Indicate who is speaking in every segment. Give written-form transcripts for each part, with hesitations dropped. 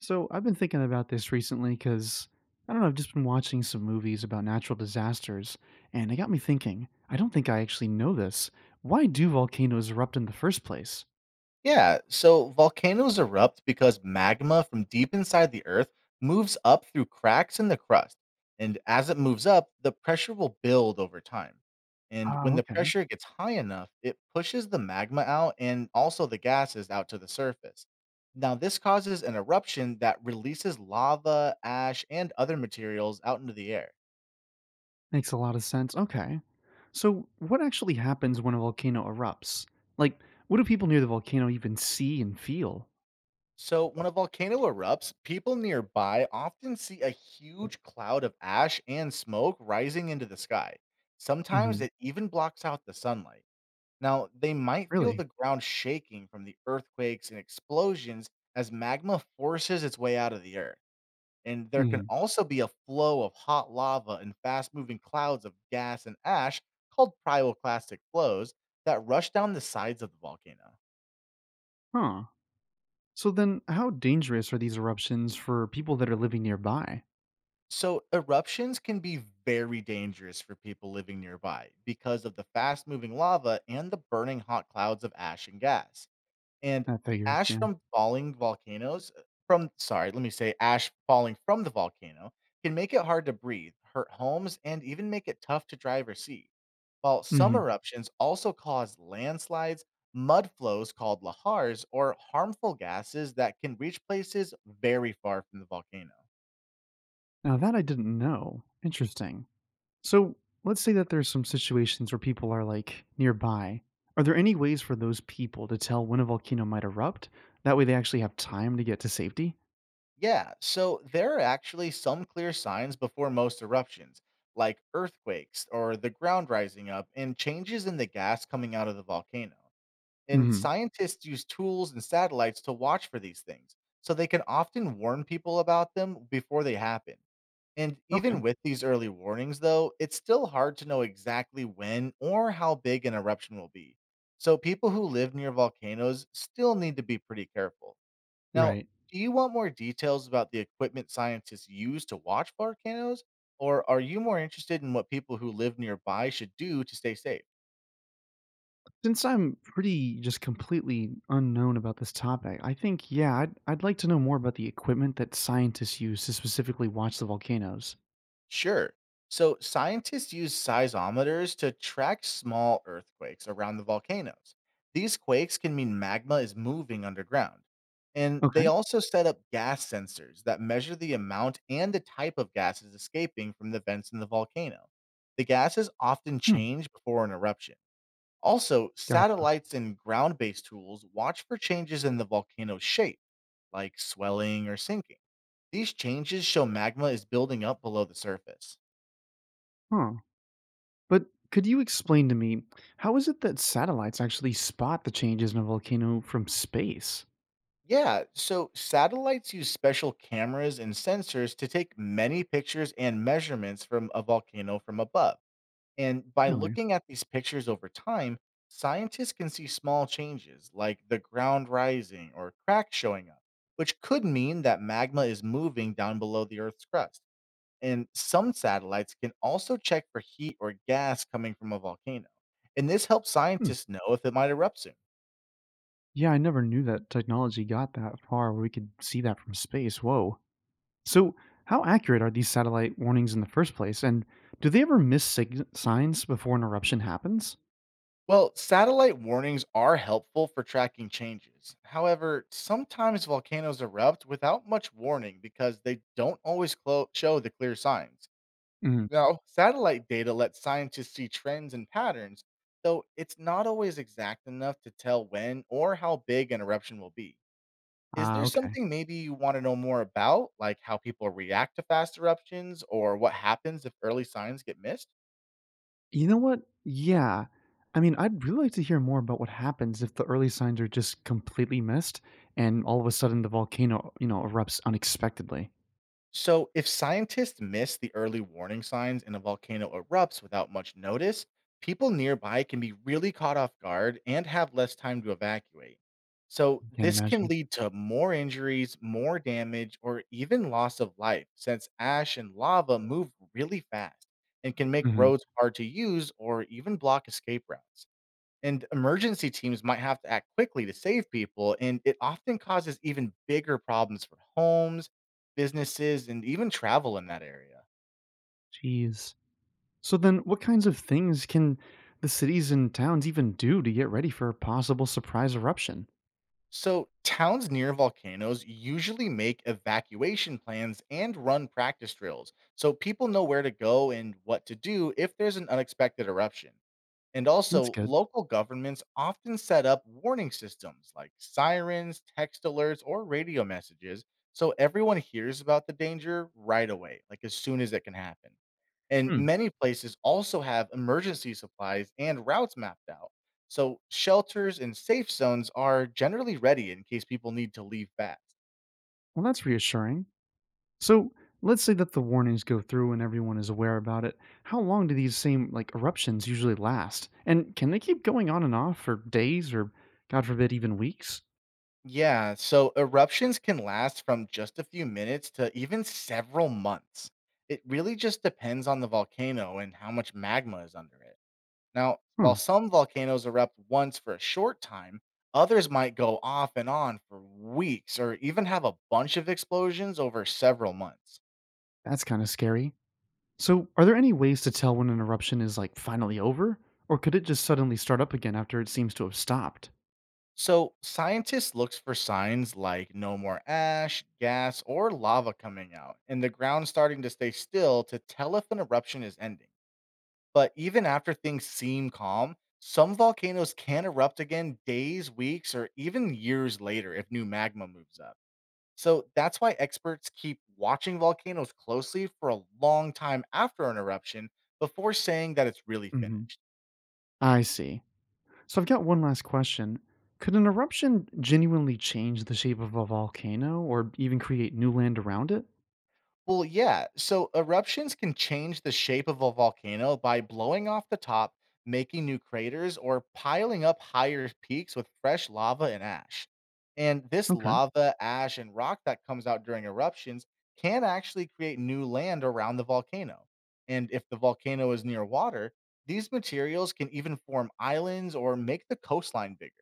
Speaker 1: So I've been thinking about this recently because I don't know, I've just been watching some movies about natural disasters, and it got me thinking. I don't think I actually know this. Why do volcanoes erupt in the first place?
Speaker 2: Yeah, so volcanoes erupt because magma from deep inside the earth moves up through cracks in the crust. And as it moves up, the pressure will build over time. And when
Speaker 1: Oh,
Speaker 2: the
Speaker 1: okay.
Speaker 2: pressure gets high enough, it pushes the magma out and also the gases out to the surface. Now, this causes an eruption that releases lava, ash, and other materials out into the air.
Speaker 1: Makes a lot of sense. Okay. So what actually happens when a volcano erupts? Like, what do people near the volcano even see and feel?
Speaker 2: So, when a volcano erupts, people nearby often see a huge cloud of ash and smoke rising into the sky. Sometimes
Speaker 1: Hmm.
Speaker 2: it even blocks out the sunlight. Now, they might feel
Speaker 1: Really?
Speaker 2: the ground shaking from the earthquakes and explosions as magma forces its way out of the earth. And there can
Speaker 1: Hmm.
Speaker 2: also be a flow of hot lava and fast moving clouds of gas and ash called pyroclastic flows that rush down the sides of the volcano.
Speaker 1: Huh. So then, how dangerous are these eruptions for people that are living nearby?
Speaker 2: So eruptions can be very dangerous for people living nearby because of the fast-moving lava and the burning hot clouds of ash and gas. And
Speaker 1: That figures,
Speaker 2: ash from falling volcanoes let me say ash falling from the volcano can make it hard to breathe, hurt homes and even make it tough to drive or see. While some
Speaker 1: yeah.
Speaker 2: eruptions also cause landslides, mud flows called lahars or harmful gases that can reach places very far from the volcano.
Speaker 1: Now that I didn't know. Interesting. So let's say that there's some situations where people are like nearby. Are there any ways for those people to tell when a volcano might erupt? That way they actually have time to get to safety?
Speaker 2: Yeah, so there are actually some clear signs before most eruptions, like earthquakes or the ground rising up and changes in the gas coming out of the volcano. And
Speaker 1: Hmm.
Speaker 2: scientists use tools and satellites to watch for these things, so they can often warn people about them before they happen. And even
Speaker 1: Okay.
Speaker 2: with these early warnings, though, it's still hard to know exactly when or how big an eruption will be. So people who live near volcanoes still need to be pretty careful. Now,
Speaker 1: Right.
Speaker 2: do you want more details about the equipment scientists use to watch volcanoes, or are you more interested in what people who live nearby should do to stay safe?
Speaker 1: Since I'm pretty just completely unknown about this topic, I think, yeah, I'd like to know more about the equipment that scientists use to specifically watch the volcanoes.
Speaker 2: Sure. So, scientists use seismometers to track small earthquakes around the volcanoes. These quakes can mean magma is moving underground. And they
Speaker 1: Okay.
Speaker 2: also set up gas sensors that measure the amount and the type of gases escaping from the vents in the volcano. The gases often
Speaker 1: Hmm.
Speaker 2: change before an eruption. Also,
Speaker 1: Gotcha.
Speaker 2: satellites and ground based tools watch for changes in the volcano's shape, like swelling or sinking. These changes show magma is building up below the surface.
Speaker 1: Huh. But could you explain to me how is it that satellites actually spot the changes in a volcano from space?
Speaker 2: Yeah, so satellites use special cameras and sensors to take many pictures and measurements from a volcano from above. And by
Speaker 1: Really?
Speaker 2: looking at these pictures over time, scientists can see small changes like the ground rising or cracks showing up, which could mean that magma is moving down below the Earth's crust. And some satellites can also check for heat or gas coming from a volcano. And this helps
Speaker 1: Hmm.
Speaker 2: scientists know if it might erupt soon.
Speaker 1: Yeah, I never knew that technology got that far where we could see that from space. Whoa. So, how accurate are these satellite warnings in the first place? And do they ever miss signs before an eruption happens?
Speaker 2: Well, satellite warnings are helpful for tracking changes. However, sometimes volcanoes erupt without much warning because they don't always show the clear signs.
Speaker 1: Mm.
Speaker 2: Now, satellite data lets scientists see trends and patterns, though it's not always exact enough to tell when or how big an eruption will be. Is
Speaker 1: Ah,
Speaker 2: there
Speaker 1: okay.
Speaker 2: something maybe you wanna know more about, like how people react to fast eruptions or what happens if early signs get missed?
Speaker 1: You know what? Yeah. I mean, I'd really like to hear more about what happens if the early signs are just completely missed and all of a sudden the volcano erupts unexpectedly.
Speaker 2: So, if scientists miss the early warning signs and a volcano erupts without much notice, people nearby can be really caught off guard and have less time to evacuate. So,
Speaker 1: Can't
Speaker 2: this can
Speaker 1: imagine.
Speaker 2: lead to more injuries, more damage, or even loss of life since ash and lava move really fast and can make
Speaker 1: Mhm.
Speaker 2: roads hard to use or even block escape routes. And emergency teams might have to act quickly to save people, and it often causes even bigger problems for homes, businesses, and even travel in that area.
Speaker 1: Jeez. So then what kinds of things can the cities and towns even do to get ready for a possible surprise eruption?
Speaker 2: So, towns near volcanoes usually make evacuation plans and run practice drills so people know where to go and what to do if there's an unexpected eruption. And
Speaker 1: That's
Speaker 2: also,
Speaker 1: good.
Speaker 2: local governments often set up warning systems like sirens, text alerts, or radio messages so everyone hears about the danger right away, like as soon as it can happen. And
Speaker 1: Hmm.
Speaker 2: many places also have emergency supplies and routes mapped out. So, shelters and safe zones are generally ready in case people need to leave fast.
Speaker 1: Well, that's reassuring. So let's say that the warnings go through and everyone is aware about it. How long do these same like eruptions usually last? And can they keep going on and off for days or God forbid even weeks?
Speaker 2: Yeah, so eruptions can last from just a few minutes to even several months. It really just depends on the volcano and how much magma is under it. Now, while
Speaker 1: Hmm.
Speaker 2: some volcanoes erupt once for a short time, others might go off and on for weeks or even have a bunch of explosions over several months.
Speaker 1: That's kind of scary. So are there any ways to tell when an eruption is like finally over? Or could it just suddenly start up again after it seems to have stopped?
Speaker 2: So, scientists look for signs like no more ash, gas, or lava coming out, and the ground starting to stay still to tell if an eruption is ending. But even after things seem calm, some volcanoes can erupt again days, weeks, or even years later if new magma moves up. So that's why experts keep watching volcanoes closely for a long time after an eruption before saying that it's really
Speaker 1: Mhm.
Speaker 2: finished.
Speaker 1: I see. So I've got one last question. Could an eruption genuinely change the shape of a volcano or even create new land around it?
Speaker 2: Well, yeah. So eruptions can change the shape of a volcano by blowing off the top, making new craters, or piling up higher peaks with fresh lava and ash. And this
Speaker 1: Okay.
Speaker 2: lava, ash, and rock that comes out during eruptions can actually create new land around the volcano. And if the volcano is near water, these materials can even form islands or make the coastline bigger.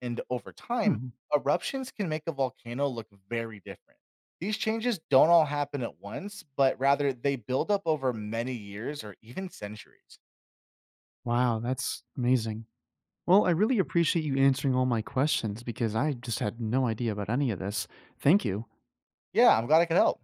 Speaker 2: And over time,
Speaker 1: Hmm.
Speaker 2: eruptions can make a volcano look very different. These changes don't all happen at once, but rather they build up over many years or even centuries.
Speaker 1: Wow, that's amazing. Well, I really appreciate you answering all my questions because I just had no idea about any of this. Thank you.
Speaker 2: Yeah, I'm glad I could help.